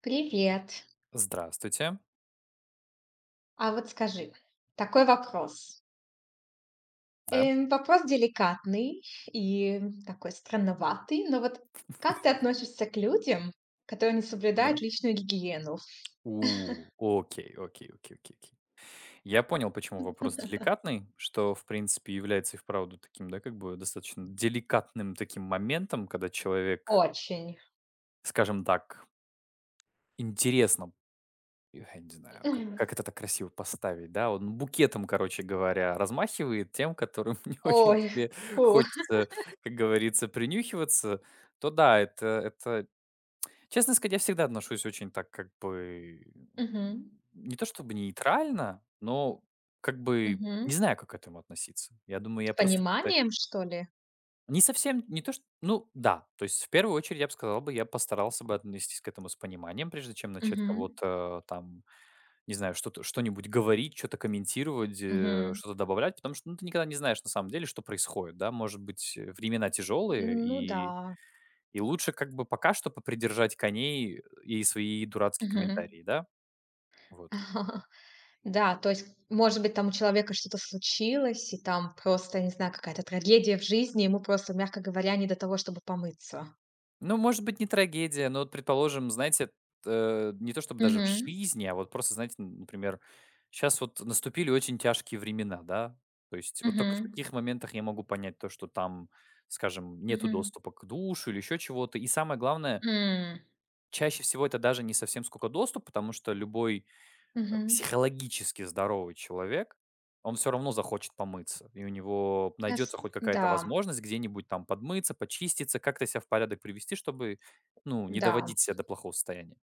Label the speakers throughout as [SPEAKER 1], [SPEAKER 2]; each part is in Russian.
[SPEAKER 1] Привет.
[SPEAKER 2] Здравствуйте.
[SPEAKER 1] А вот скажи, такой вопрос.
[SPEAKER 2] Да,
[SPEAKER 1] Вопрос деликатный и такой странноватый, но вот как ты относишься к людям, которые не
[SPEAKER 2] да.
[SPEAKER 1] соблюдают личную гигиену?
[SPEAKER 2] У, окей, окей, окей, окей, окей. Я понял, почему вопрос деликатный, что, в принципе, является и вправду таким, да, как бы достаточно деликатным таким моментом, когда человек,
[SPEAKER 1] Очень.
[SPEAKER 2] скажем так, интересно, я не знаю, как,
[SPEAKER 1] Мгм.
[SPEAKER 2] как это так красиво поставить, да, он букетом, короче говоря, размахивает тем, которым не очень
[SPEAKER 1] Ой,
[SPEAKER 2] тебе
[SPEAKER 1] фу.
[SPEAKER 2] хочется, как говорится, принюхиваться, то да, это честно сказать, я всегда отношусь очень так как бы,
[SPEAKER 1] Мгм.
[SPEAKER 2] не то чтобы нейтрально, но как бы
[SPEAKER 1] Мгм.
[SPEAKER 2] не знаю, как к этому относиться. Я думаю,
[SPEAKER 1] С
[SPEAKER 2] я просто как-то
[SPEAKER 1] пониманием, что ли?
[SPEAKER 2] не совсем, не то что, ну да, то есть в первую очередь я бы сказал бы, я постарался бы отнестись к этому с пониманием, прежде чем начать
[SPEAKER 1] Мгм.
[SPEAKER 2] кого-то там, не знаю, что-то, что-нибудь говорить, что-то комментировать,
[SPEAKER 1] Мгм.
[SPEAKER 2] что-то добавлять, потому что ну, ты никогда не знаешь на самом деле, что происходит, да, может быть, времена тяжелые,
[SPEAKER 1] Ну да.
[SPEAKER 2] и лучше как бы пока что попридержать коней и свои дурацкие
[SPEAKER 1] Мгм.
[SPEAKER 2] комментарии, да? Вот.
[SPEAKER 1] Да, то есть, может быть, там у человека что-то случилось, и там просто, не знаю, какая-то трагедия в жизни, ему просто, мягко говоря, не до того, чтобы помыться.
[SPEAKER 2] Ну, может быть, не трагедия, но вот, предположим, знаете, не то чтобы даже в
[SPEAKER 1] Мгм.
[SPEAKER 2] жизни, а вот просто, знаете, например, сейчас вот наступили очень тяжкие времена, да? То есть вот только в
[SPEAKER 1] Мгм.
[SPEAKER 2] таких моментах я могу понять то, что там, скажем, нету
[SPEAKER 1] Мгм.
[SPEAKER 2] доступа к душу или еще чего-то. И самое главное,
[SPEAKER 1] М.
[SPEAKER 2] чаще всего это даже не совсем сколько доступ, потому что любой
[SPEAKER 1] Мгм.
[SPEAKER 2] психологически здоровый человек, он все равно захочет помыться, и у него
[SPEAKER 1] Я с
[SPEAKER 2] найдется хоть какая-то
[SPEAKER 1] да,
[SPEAKER 2] возможность где-нибудь там подмыться, почиститься, как-то себя в порядок привести, чтобы, ну, не
[SPEAKER 1] да,
[SPEAKER 2] доводить себя до плохого состояния.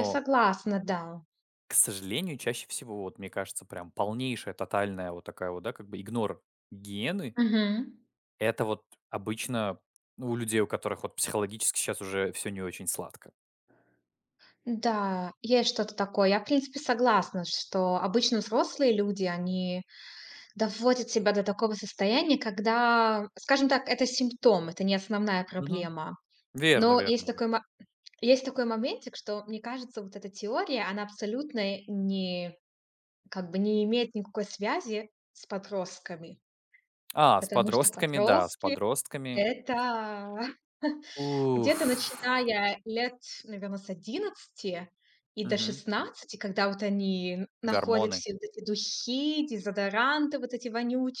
[SPEAKER 1] я согласна, да.
[SPEAKER 2] к сожалению, чаще всего, вот мне кажется, прям полнейшая, тотальная вот такая вот, да, как бы игнор гигиены —
[SPEAKER 1] Мгм.
[SPEAKER 2] это вот обычно, ну, у людей, у которых вот психологически сейчас уже все не очень сладко.
[SPEAKER 1] Да, есть что-то такое. Я, в принципе, согласна, что обычно взрослые люди, они доводят себя до такого состояния, когда, скажем так, это симптом, это не основная
[SPEAKER 2] Мгм.
[SPEAKER 1] проблема.
[SPEAKER 2] Верно,
[SPEAKER 1] Но
[SPEAKER 2] верно,
[SPEAKER 1] есть
[SPEAKER 2] верно.
[SPEAKER 1] такой Есть такой моментик, что, мне кажется, вот эта теория, она абсолютно не как бы не имеет никакой связи с подростками,
[SPEAKER 2] А, с
[SPEAKER 1] потому что
[SPEAKER 2] подростками, да, с подростками.
[SPEAKER 1] это
[SPEAKER 2] Уф.
[SPEAKER 1] где-то начиная лет, наверное, с 11 и до
[SPEAKER 2] Мгм.
[SPEAKER 1] 16, когда вот они находят
[SPEAKER 2] Гормоны.
[SPEAKER 1] все вот эти духи, дезодоранты вот эти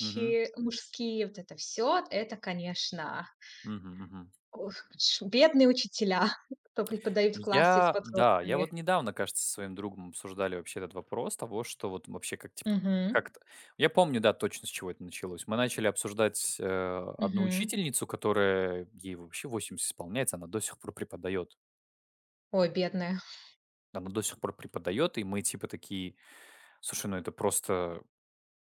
[SPEAKER 2] Мгм.
[SPEAKER 1] мужские, вот это все. Это, конечно,
[SPEAKER 2] Мгм, мгм.
[SPEAKER 1] ох, ш бедные учителя, кто преподают в классе с
[SPEAKER 2] Я да, я
[SPEAKER 1] подростками.
[SPEAKER 2] вот недавно, кажется, со своим другом обсуждали вообще этот вопрос того, что вот вообще как типа
[SPEAKER 1] Мгм.
[SPEAKER 2] как-то. Я помню, да, точно с чего это началось. Мы начали обсуждать одну
[SPEAKER 1] Мгм.
[SPEAKER 2] учительницу, которая ей вообще 80 исполняется, она до сих пор преподает.
[SPEAKER 1] Ой, бедная.
[SPEAKER 2] Она до сих пор преподает, и мы типа такие, слушай, ну это просто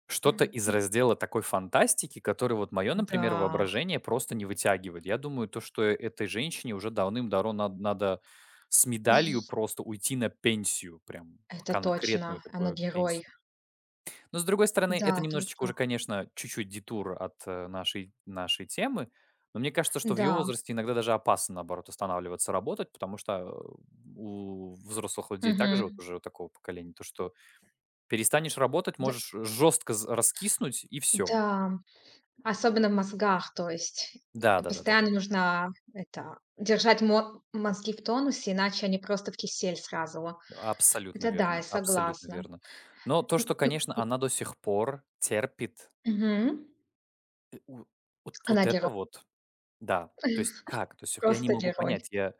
[SPEAKER 2] что-то из раздела такой фантастики, который вот мое, например,
[SPEAKER 1] Да,
[SPEAKER 2] воображение просто не вытягивает. Я думаю, то, что этой женщине уже давным-давно надо с медалью просто уйти на пенсию, прям
[SPEAKER 1] это
[SPEAKER 2] конкретную
[SPEAKER 1] точно. Она
[SPEAKER 2] такую
[SPEAKER 1] герой.
[SPEAKER 2] пенсию. Но, с другой стороны,
[SPEAKER 1] Да,
[SPEAKER 2] это немножечко
[SPEAKER 1] точно.
[SPEAKER 2] уже, конечно, чуть-чуть детур от нашей темы, но мне кажется, что в ее
[SPEAKER 1] Да.
[SPEAKER 2] возрасте иногда даже опасно, наоборот, останавливаться работать, потому что у взрослых людей также вот
[SPEAKER 1] Мгм.
[SPEAKER 2] уже такого поколения, то, что перестанешь работать,
[SPEAKER 1] Д
[SPEAKER 2] можешь жестко з раскиснуть, и все.
[SPEAKER 1] да, особенно в мозгах, то есть,
[SPEAKER 2] Да, да-да-да-да.
[SPEAKER 1] постоянно нужно это держать мо мозги в тонусе, иначе они просто в кисель сразу.
[SPEAKER 2] Абсолютно
[SPEAKER 1] Это да,
[SPEAKER 2] верно,
[SPEAKER 1] я
[SPEAKER 2] абсолютно
[SPEAKER 1] согласна.
[SPEAKER 2] верно. Но то,
[SPEAKER 1] М,
[SPEAKER 2] что,
[SPEAKER 1] м,
[SPEAKER 2] конечно, она до сих пор терпит,
[SPEAKER 1] мгм.
[SPEAKER 2] у вот вот
[SPEAKER 1] Она
[SPEAKER 2] это
[SPEAKER 1] герой,
[SPEAKER 2] вот, да. То есть как, то есть я не
[SPEAKER 1] просто
[SPEAKER 2] могу
[SPEAKER 1] герой.
[SPEAKER 2] понять. Я,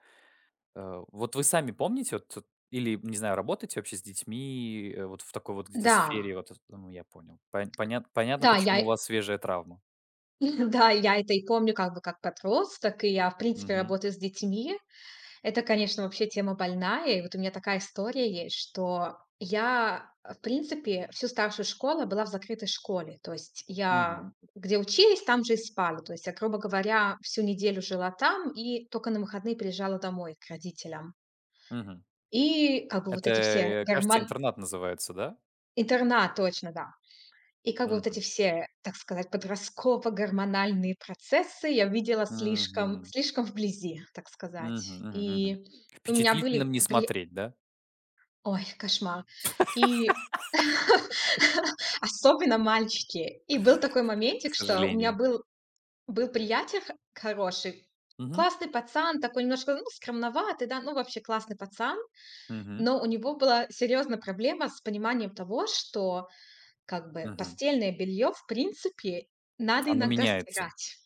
[SPEAKER 2] вот вы сами помните, вот тут или, не знаю, работаете вообще с детьми, вот в такой вот где-то
[SPEAKER 1] Да,
[SPEAKER 2] сфере, вот, ну, я понял. Понятно,
[SPEAKER 1] да, я
[SPEAKER 2] почему у
[SPEAKER 1] и
[SPEAKER 2] вас свежая травма.
[SPEAKER 1] да, я это и помню как бы как подросток, и я, в принципе,
[SPEAKER 2] Мгм,
[SPEAKER 1] работаю с детьми. Это, конечно, вообще тема больная. И вот у меня такая история есть, что я, в принципе, всю старшую школу была в закрытой школе. То есть
[SPEAKER 2] мгм,
[SPEAKER 1] я где учились, там же и спала. То есть я, грубо говоря, всю неделю жила там и только на выходные приезжала домой к родителям.
[SPEAKER 2] мгм.
[SPEAKER 1] И как бы вот
[SPEAKER 2] Это,
[SPEAKER 1] эти все
[SPEAKER 2] кажется,
[SPEAKER 1] гормон...
[SPEAKER 2] интернат называется, да?
[SPEAKER 1] Интернат, точно, да. И как бы вот эти
[SPEAKER 2] Мгм.
[SPEAKER 1] все, так сказать, подростково-гормональные процессы я видела слишком,
[SPEAKER 2] Мгм.
[SPEAKER 1] слишком вблизи, так
[SPEAKER 2] Мгм,
[SPEAKER 1] сказать.
[SPEAKER 2] мгм, мгм.
[SPEAKER 1] И у меня
[SPEAKER 2] Впечатлительным
[SPEAKER 1] были
[SPEAKER 2] не
[SPEAKER 1] приятные
[SPEAKER 2] смотреть, да?
[SPEAKER 1] Ой, кошмар. И особенно мальчики. И был такой
[SPEAKER 2] К
[SPEAKER 1] моментик, что у меня
[SPEAKER 2] сожалению.
[SPEAKER 1] был приятель х хороший,
[SPEAKER 2] Мгм,
[SPEAKER 1] классный пацан, такой немножко, ну, скромноватый, да, ну, вообще классный пацан.
[SPEAKER 2] мгм,
[SPEAKER 1] Но у него была серьезная проблема с пониманием того, что как бы
[SPEAKER 2] мгм.
[SPEAKER 1] постельное белье, в принципе, надо
[SPEAKER 2] Оно
[SPEAKER 1] иногда
[SPEAKER 2] меняется.
[SPEAKER 1] стирать.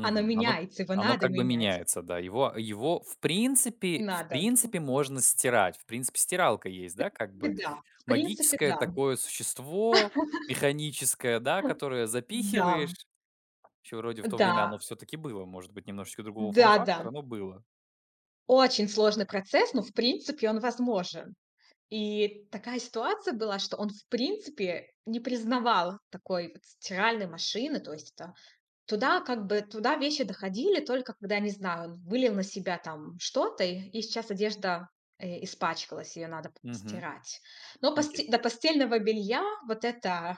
[SPEAKER 1] Оно
[SPEAKER 2] Оно
[SPEAKER 1] меняется, его
[SPEAKER 2] оно
[SPEAKER 1] надо
[SPEAKER 2] как бы
[SPEAKER 1] менять.
[SPEAKER 2] меняется, да. Его в принципе в
[SPEAKER 1] Надо.
[SPEAKER 2] принципе можно стирать. В принципе, стиралка есть, да, как бы
[SPEAKER 1] Да, в принципе,
[SPEAKER 2] магическое
[SPEAKER 1] да.
[SPEAKER 2] такое существо, механическое, да, которое
[SPEAKER 1] Да,
[SPEAKER 2] запихиваешь. Еще вроде в то время
[SPEAKER 1] да,
[SPEAKER 2] оно все-таки было, может быть, немножечко другого
[SPEAKER 1] да-да.
[SPEAKER 2] форм-фактора, но было.
[SPEAKER 1] Очень сложный процесс, но, в принципе, он возможен. И такая ситуация была, что он, в принципе, не признавал такой вот стиральной машины. То есть это туда как бы туда вещи доходили только когда, не знаю, он вылил на себя там что-то, и сейчас одежда, испачкалась, ее надо
[SPEAKER 2] Мгм.
[SPEAKER 1] стирать. Но
[SPEAKER 2] Окей.
[SPEAKER 1] посте до постельного белья вот эта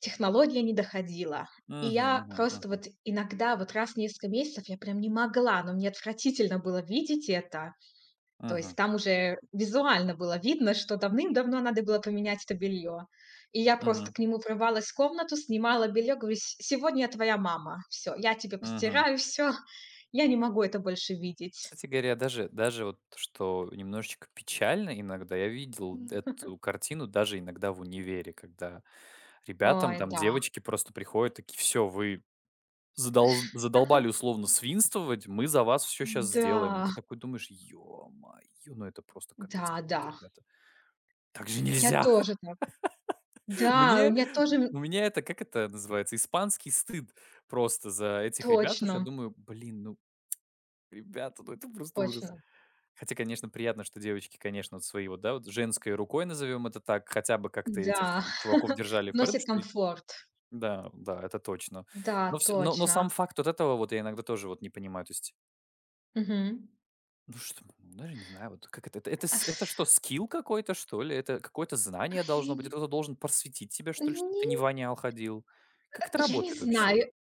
[SPEAKER 1] технология не доходила. И
[SPEAKER 2] Мгм,
[SPEAKER 1] я
[SPEAKER 2] мгм,
[SPEAKER 1] просто
[SPEAKER 2] мгм,
[SPEAKER 1] вот иногда, вот раз в несколько месяцев я прям не могла, но мне отвратительно было видеть это. То
[SPEAKER 2] мгм,
[SPEAKER 1] есть там уже визуально было видно, что давным-давно надо было поменять это белье. И я просто
[SPEAKER 2] мгм,
[SPEAKER 1] к нему врывалась в комнату, снимала белье, говорю: "С сегодня я твоя мама. Все, я тебе
[SPEAKER 2] мгм.
[SPEAKER 1] постираю, все, я не могу это больше видеть".
[SPEAKER 2] Кстати говоря, даже вот, что немножечко печально иногда, я видел эту картину даже иногда в универе, когда ребятам,
[SPEAKER 1] Ой,
[SPEAKER 2] там
[SPEAKER 1] да.
[SPEAKER 2] девочки просто приходят такие: все, вы задолз задолбали условно свинствовать, мы за вас все сейчас
[SPEAKER 1] Да,
[SPEAKER 2] сделаем". И ты такой думаешь: "Ё-моё, ну это просто капец
[SPEAKER 1] да,
[SPEAKER 2] какой-то,
[SPEAKER 1] да.
[SPEAKER 2] ребята. Так же
[SPEAKER 1] Я
[SPEAKER 2] нельзя".
[SPEAKER 1] тоже так. Да, у
[SPEAKER 2] Мне
[SPEAKER 1] меня тоже
[SPEAKER 2] у меня это, как это называется, испанский стыд просто за этих ребят, потому что я
[SPEAKER 1] точно,
[SPEAKER 2] думаю: "Блин, ну, ребята, ну это просто ужас".
[SPEAKER 1] точно.
[SPEAKER 2] Хотя, конечно, приятно, что девочки, конечно, вот свои вот, да, вот женской рукой, назовем это так, хотя бы как-то этих
[SPEAKER 1] Да,
[SPEAKER 2] чуваков держали в порядке,
[SPEAKER 1] носит
[SPEAKER 2] что и
[SPEAKER 1] комфорт.
[SPEAKER 2] да, да, это точно.
[SPEAKER 1] Да,
[SPEAKER 2] Но, всё, но сам
[SPEAKER 1] точно.
[SPEAKER 2] факт вот этого вот я иногда тоже вот не понимаю. То есть,
[SPEAKER 1] Мгм.
[SPEAKER 2] ну что, ну даже не знаю, вот как это. Это
[SPEAKER 1] А,
[SPEAKER 2] с это что, скилл какой-то, что ли? Это какое-то знание должно быть?
[SPEAKER 1] ай,
[SPEAKER 2] Это кто-то должен просветить тебя, что ли, чтобы
[SPEAKER 1] не,
[SPEAKER 2] ты не вонял, ходил? Как это
[SPEAKER 1] я не
[SPEAKER 2] работает вообще?
[SPEAKER 1] знаю.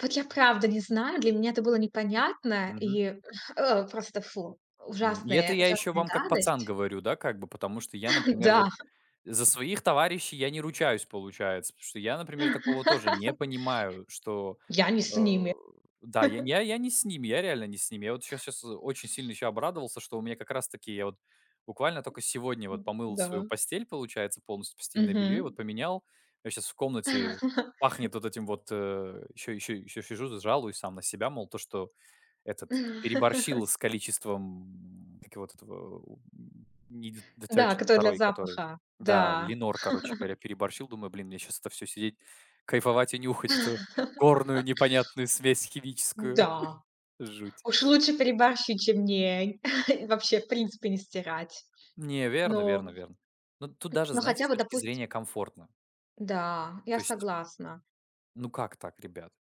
[SPEAKER 1] Вот я правда не знаю, для меня это было непонятно
[SPEAKER 2] Мгм.
[SPEAKER 1] и, просто фу,
[SPEAKER 2] Мгм. И это
[SPEAKER 1] ужасная
[SPEAKER 2] я еще
[SPEAKER 1] ужасная
[SPEAKER 2] вам как пацан
[SPEAKER 1] гадость.
[SPEAKER 2] говорю, да, как бы, потому что я, например, вот
[SPEAKER 1] Да,
[SPEAKER 2] за своих товарищей я не ручаюсь, получается, потому что я, например, такого тоже не понимаю, что,
[SPEAKER 1] я не
[SPEAKER 2] э,
[SPEAKER 1] с ними.
[SPEAKER 2] да, я не с ними, я реально не с ними. Я вот сейчас очень сильно еще обрадовался, что у меня как раз таки я вот буквально только сегодня вот помыл
[SPEAKER 1] Да.
[SPEAKER 2] свою постель, получается, полностью постельное белье, и вот
[SPEAKER 1] Мгм.
[SPEAKER 2] поменял. Я сейчас в комнате пахнет вот этим вот, еще сижу, з жалуюсь сам на себя, мол, то, что этот переборщил с количеством, как его, вот этого, не де
[SPEAKER 1] Да,
[SPEAKER 2] Detergent
[SPEAKER 1] который для
[SPEAKER 2] второй, который
[SPEAKER 1] запаха.
[SPEAKER 2] да,
[SPEAKER 1] Да.
[SPEAKER 2] "Ленор", короче говоря, переборщил. Думаю, блин, мне сейчас это все сидеть, кайфовать и нюхать эту горную непонятную смесь химическую.
[SPEAKER 1] Да.
[SPEAKER 2] Жуть.
[SPEAKER 1] Уж лучше переборщить, чем не и вообще в принципе не стирать.
[SPEAKER 2] Не, верно, верно,
[SPEAKER 1] Но
[SPEAKER 2] верно. Ну, тут даже,
[SPEAKER 1] но
[SPEAKER 2] знаете,
[SPEAKER 1] хотя
[SPEAKER 2] с
[SPEAKER 1] бы,
[SPEAKER 2] точки
[SPEAKER 1] допустим.
[SPEAKER 2] зрения комфортно.
[SPEAKER 1] Да,
[SPEAKER 2] То
[SPEAKER 1] я
[SPEAKER 2] есть,
[SPEAKER 1] согласна.
[SPEAKER 2] ну как так, ребят?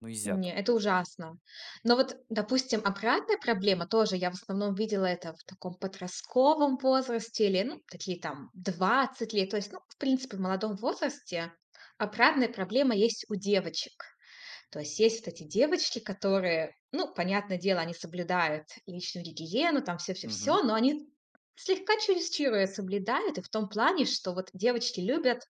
[SPEAKER 2] Ну нельзя так.
[SPEAKER 1] Не, это ужасно. Но вот, допустим, обратная проблема тоже, я в основном видела это в таком подростковом возрасте или, ну, такие там 20 лет, то есть, ну, в принципе, в молодом возрасте обратная проблема есть у девочек. То есть есть вот эти девочки, которые, ну, понятное дело, они соблюдают личную гигиену, там
[SPEAKER 2] Мгм.
[SPEAKER 1] все-все-все, но они слегка чересчур её соблюдают, и в том плане, что вот девочки любят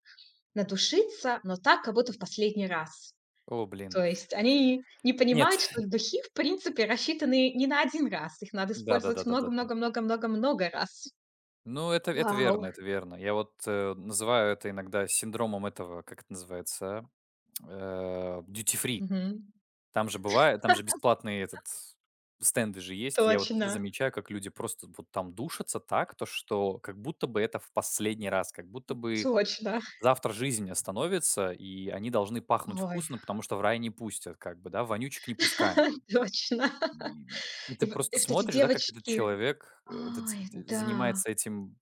[SPEAKER 1] надушиться, но так, как будто в последний раз.
[SPEAKER 2] О, блин.
[SPEAKER 1] То есть они не
[SPEAKER 2] Нет.
[SPEAKER 1] понимают, что духи, в принципе, рассчитаны не на один раз. Их надо
[SPEAKER 2] Да, да, да,
[SPEAKER 1] использовать
[SPEAKER 2] да, да,
[SPEAKER 1] много-много-много-много-много раз.
[SPEAKER 2] ну, это
[SPEAKER 1] Вау!
[SPEAKER 2] верно, это верно. Я вот, называю это иногда синдромом этого, как это называется, а? Duty free.
[SPEAKER 1] Мгм.
[SPEAKER 2] Там же бывает, там же бесплатные этот стенды же есть. Я вот всегда
[SPEAKER 1] Точно,
[SPEAKER 2] замечаю, как люди просто вот там душатся так, то что как будто бы это в последний раз, как будто бы
[SPEAKER 1] точно.
[SPEAKER 2] завтра жизнь остановится, и они должны пахнуть
[SPEAKER 1] Ой,
[SPEAKER 2] вкусно, потому что в рай не пустят, как бы, да, вонючек не пускаем.
[SPEAKER 1] точно.
[SPEAKER 2] И
[SPEAKER 1] И
[SPEAKER 2] ты
[SPEAKER 1] в и
[SPEAKER 2] просто
[SPEAKER 1] вот эти
[SPEAKER 2] смотришь, да, как этот
[SPEAKER 1] девочки.
[SPEAKER 2] человек, этот з
[SPEAKER 1] Ой, да.
[SPEAKER 2] занимается этим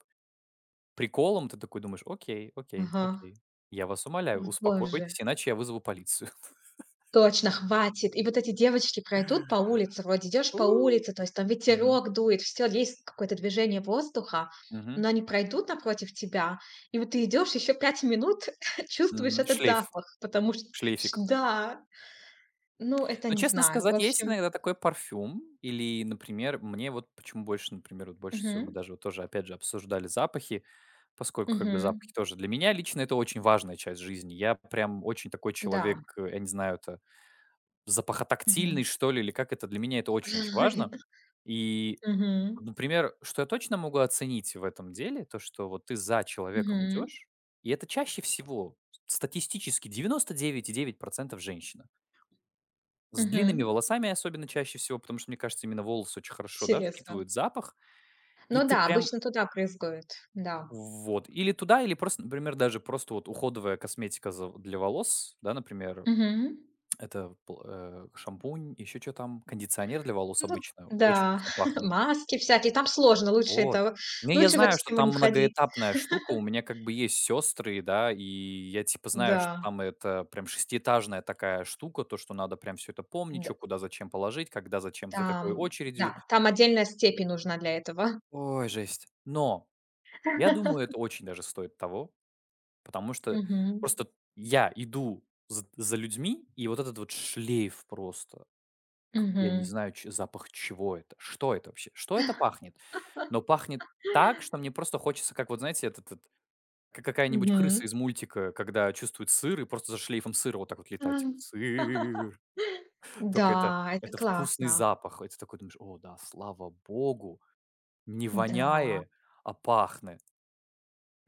[SPEAKER 2] приколом, ты такой думаешь: "Окей, окей,
[SPEAKER 1] Ага.
[SPEAKER 2] окей. Я вас
[SPEAKER 1] О
[SPEAKER 2] умоляю,
[SPEAKER 1] боже.
[SPEAKER 2] успокойтесь, иначе я вызову полицию".
[SPEAKER 1] Точно, хватит. И вот эти девочки пройдут по улице, вроде идешь по улице, то есть там
[SPEAKER 2] Мгм,
[SPEAKER 1] ветерок дует, все есть какое-то движение воздуха,
[SPEAKER 2] мгм,
[SPEAKER 1] но они пройдут напротив тебя, и вот ты идешь еще 5 минут, чувствуешь
[SPEAKER 2] мгм.
[SPEAKER 1] этот
[SPEAKER 2] Шлейф,
[SPEAKER 1] запах, потому что ш
[SPEAKER 2] шлейфик.
[SPEAKER 1] да, ну, это
[SPEAKER 2] Но,
[SPEAKER 1] не
[SPEAKER 2] честно
[SPEAKER 1] знаю. В
[SPEAKER 2] сказать, есть
[SPEAKER 1] общем,
[SPEAKER 2] иногда такой парфюм или, например, мне вот почему больше, например, вот больше всего мы
[SPEAKER 1] мгм,
[SPEAKER 2] даже вот тоже опять же обсуждали запахи, поскольку как бы
[SPEAKER 1] мгм,
[SPEAKER 2] запахи тоже для меня лично это очень важная часть жизни. Я прям очень такой человек,
[SPEAKER 1] да,
[SPEAKER 2] я не знаю, это запахотактильный,
[SPEAKER 1] мгм.
[SPEAKER 2] что ли, или как это. Для меня это очень-очень важно. И
[SPEAKER 1] Мгм,
[SPEAKER 2] Например, что я точно могу оценить в этом деле, то, что вот ты за человеком
[SPEAKER 1] мгм,
[SPEAKER 2] идешь, и это чаще всего статистически 99,9% женщина. С длинными
[SPEAKER 1] мгм.
[SPEAKER 2] волосами особенно чаще всего, потому что, мне кажется, именно волосы очень хорошо, да,
[SPEAKER 1] Интересно.
[SPEAKER 2] впитывают запах, и
[SPEAKER 1] Ну
[SPEAKER 2] ты
[SPEAKER 1] да,
[SPEAKER 2] прям
[SPEAKER 1] обычно туда брызгают, да.
[SPEAKER 2] вот. Или туда, или просто, например, даже просто вот уходовая косметика для волос, да, например,
[SPEAKER 1] Мгм.
[SPEAKER 2] это шампунь, еще что там, кондиционер для волос
[SPEAKER 1] Ну
[SPEAKER 2] обычно, очень
[SPEAKER 1] да,
[SPEAKER 2] вкусно пахнет.
[SPEAKER 1] маски всякие, там сложно,
[SPEAKER 2] Вот. Не, я
[SPEAKER 1] лучше в эту
[SPEAKER 2] знаю, что
[SPEAKER 1] тему
[SPEAKER 2] там
[SPEAKER 1] не входить.
[SPEAKER 2] многоэтапная штука. У меня как бы есть сестры, да, и я типа знаю, что
[SPEAKER 1] Да,
[SPEAKER 2] там это прям шестиэтажная такая штука, то, что надо прям все это помнить, что
[SPEAKER 1] д
[SPEAKER 2] куда зачем положить, когда зачем, за какой
[SPEAKER 1] там,
[SPEAKER 2] очередью.
[SPEAKER 1] да, там отдельная степень нужна для этого.
[SPEAKER 2] Ой, жесть. Но я думаю, это очень даже стоит того, потому что
[SPEAKER 1] Мгм,
[SPEAKER 2] просто я иду з за людьми, и вот этот вот шлейф просто, к я не
[SPEAKER 1] мгм,
[SPEAKER 2] знаю, ч запах чего это, что это вообще, что это пахнет, но пахнет так, что мне просто хочется, как вот знаете, этот как какая-нибудь крыса
[SPEAKER 1] мгм.
[SPEAKER 2] из мультика, когда чувствует сыр и просто за шлейфом сыра вот так вот летать, типа:
[SPEAKER 1] М.
[SPEAKER 2] "Сыр". Только это
[SPEAKER 1] Да, это
[SPEAKER 2] это вкусный
[SPEAKER 1] классно.
[SPEAKER 2] запах. Это такой думаешь: "О да, слава богу, не
[SPEAKER 1] Да.
[SPEAKER 2] воняя, а пахнет".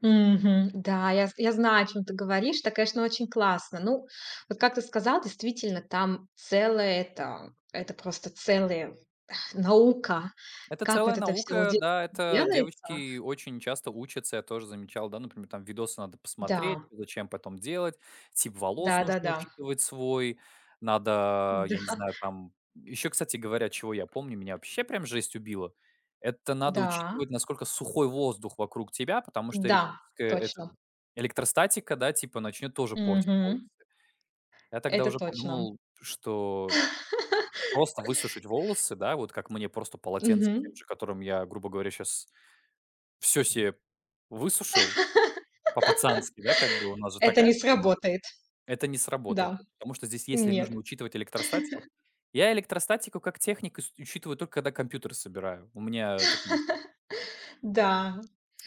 [SPEAKER 1] Мгм. Да, я знаю, о чем ты говоришь. Это, конечно, очень классно. Ну, вот как ты сказал, действительно, там целое это просто целая наука,
[SPEAKER 2] Это
[SPEAKER 1] как
[SPEAKER 2] целая
[SPEAKER 1] вот это все
[SPEAKER 2] наука, да, это
[SPEAKER 1] делается.
[SPEAKER 2] девочки очень часто учатся, я тоже замечал, да, например, там видосы надо посмотреть,
[SPEAKER 1] Да,
[SPEAKER 2] зачем потом делать, тип волос нужно
[SPEAKER 1] да-да-да,
[SPEAKER 2] учитывать свой, надо,
[SPEAKER 1] да,
[SPEAKER 2] я не знаю, там, еще, кстати говоря, чего я помню, меня вообще прям жесть убила, это
[SPEAKER 1] да,
[SPEAKER 2] надо
[SPEAKER 1] да, да,
[SPEAKER 2] учитывать, насколько сухой воздух вокруг тебя, потому что
[SPEAKER 1] да,
[SPEAKER 2] электрическая, это,
[SPEAKER 1] точно.
[SPEAKER 2] электростатика, да, типа начнет тоже портить волосы.
[SPEAKER 1] Мгм.
[SPEAKER 2] Я тогда
[SPEAKER 1] Это
[SPEAKER 2] уже
[SPEAKER 1] точно.
[SPEAKER 2] подумал, что просто высушить волосы, да, вот как мне просто полотенцем
[SPEAKER 1] Мгм.
[SPEAKER 2] тем же, которым я, грубо говоря, сейчас все себе высушил по-пацански, да, как бы у нас же
[SPEAKER 1] Это
[SPEAKER 2] такая
[SPEAKER 1] не
[SPEAKER 2] схема,
[SPEAKER 1] сработает.
[SPEAKER 2] это не сработает.
[SPEAKER 1] Да,
[SPEAKER 2] Потому что здесь, если нужно
[SPEAKER 1] нет.
[SPEAKER 2] учитывать электростатику, я электростатику как техник ис учитываю только когда компьютер собираю. У меня этот есть,
[SPEAKER 1] Да.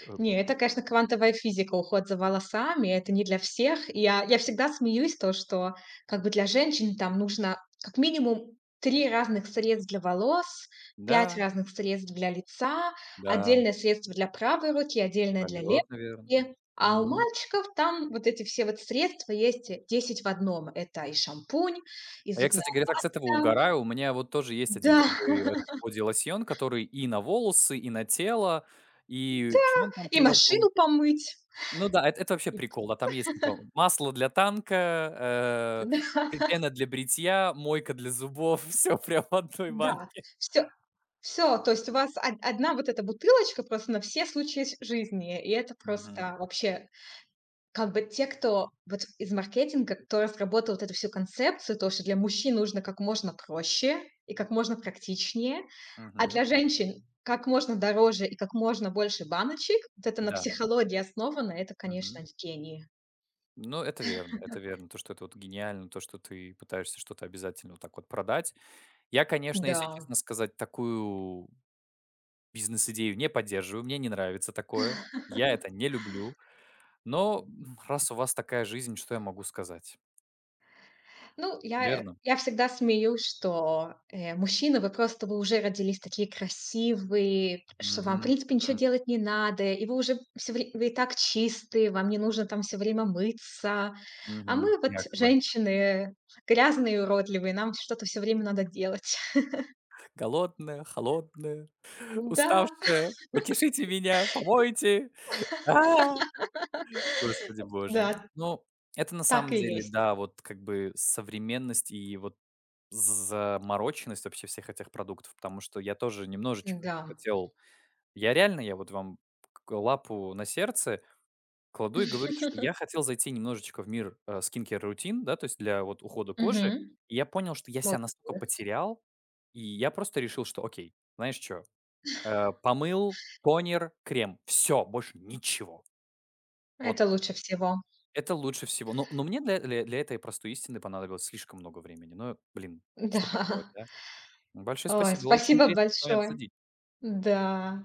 [SPEAKER 2] э
[SPEAKER 1] Не, это, конечно, квантовая физика, уход за волосами. Это не для всех. И я всегда смеюсь, то, что как бы для женщин там нужно как минимум 3 разных средств для волос, 5
[SPEAKER 2] да,
[SPEAKER 1] разных средств для лица,
[SPEAKER 2] да,
[SPEAKER 1] отдельное средство для правой руки, отдельное для левой
[SPEAKER 2] полет, наверное.
[SPEAKER 1] руки. А у
[SPEAKER 2] Мгм.
[SPEAKER 1] мальчиков там вот эти все вот средства есть 10 в 1. Это и шампунь, и
[SPEAKER 2] А я,
[SPEAKER 1] зубная
[SPEAKER 2] кстати говоря, так с этого
[SPEAKER 1] паста,
[SPEAKER 2] угораю. У меня вот тоже есть один
[SPEAKER 1] да,
[SPEAKER 2] такой этот боди-лосьон, который и на волосы, и на тело, и чё он там
[SPEAKER 1] и
[SPEAKER 2] 3 в 1?
[SPEAKER 1] машину помыть,
[SPEAKER 2] Ну да, это вообще
[SPEAKER 1] и
[SPEAKER 2] прикол. А там есть типа масло для танка, э,
[SPEAKER 1] да,
[SPEAKER 2] пена для бритья, мойка для зубов. Все прям в одной
[SPEAKER 1] да,
[SPEAKER 2] банке.
[SPEAKER 1] всё Все, то есть у вас од одна вот эта бутылочка просто на все случаи с жизни. И это
[SPEAKER 2] Мгм,
[SPEAKER 1] просто вообще как бы те, кто вот из маркетинга, кто разработал вот эту всю концепцию, то, что для мужчин нужно как можно проще и как можно практичнее, а
[SPEAKER 2] мгм.
[SPEAKER 1] для женщин как можно дороже и как можно больше баночек. Вот это на
[SPEAKER 2] Да,
[SPEAKER 1] психологии основано, это,
[SPEAKER 2] мгм.
[SPEAKER 1] конечно, гении.
[SPEAKER 2] Ну, это верно, это верно. То, что это вот гениально, то, что ты пытаешься что-то обязательно вот так вот продать. Я, конечно, если
[SPEAKER 1] Да.
[SPEAKER 2] честно сказать, такую бизнес-идею не поддерживаю. Мне не нравится такое. Я это не люблю. Но, раз у вас такая жизнь, что я могу сказать?
[SPEAKER 1] Ну, я, э,
[SPEAKER 2] Верно?
[SPEAKER 1] я всегда смеюсь, что, мужчины, вы уже родились такие красивые, что
[SPEAKER 2] Мгм,
[SPEAKER 1] вам, в принципе, ничего
[SPEAKER 2] мгм,
[SPEAKER 1] делать не надо, и вы уже все вре вы и так чистые, вам не нужно там все время мыться. А
[SPEAKER 2] мгм.
[SPEAKER 1] мы вот,
[SPEAKER 2] Якобы.
[SPEAKER 1] женщины, грязные и уродливые, нам что-то все время надо делать.
[SPEAKER 2] Голодная, холодная,
[SPEAKER 1] Да,
[SPEAKER 2] уставшая. Утешите меня, помойте. А! Господи боже.
[SPEAKER 1] да,
[SPEAKER 2] Ну, это на
[SPEAKER 1] так
[SPEAKER 2] самом
[SPEAKER 1] и
[SPEAKER 2] деле,
[SPEAKER 1] есть.
[SPEAKER 2] да, вот как бы современность и вот замороченность вообще всех этих продуктов, потому что я тоже немножечко
[SPEAKER 1] Да.
[SPEAKER 2] хотел я реально, я вот вам к лапу на сердце кладу и говорю, то, что я хотел зайти немножечко в мир, skincare-рутин, да, то есть для вот ухода кожи.
[SPEAKER 1] Мгм.
[SPEAKER 2] И я понял, что я себя настолько
[SPEAKER 1] Молодец.
[SPEAKER 2] потерял, и я просто решил, что окей, знаешь что? Помыл, тонер, крем. Все, больше ничего. Вот
[SPEAKER 1] Это лучше всего.
[SPEAKER 2] это лучше всего. Но мне для этой простой истины понадобилось слишком много времени. Но, блин,
[SPEAKER 1] Да.
[SPEAKER 2] что поделать, да? Большое
[SPEAKER 1] Ой,
[SPEAKER 2] спасибо, было очень
[SPEAKER 1] спасибо
[SPEAKER 2] интересно с вами
[SPEAKER 1] большое.
[SPEAKER 2] обсудить.
[SPEAKER 1] Да.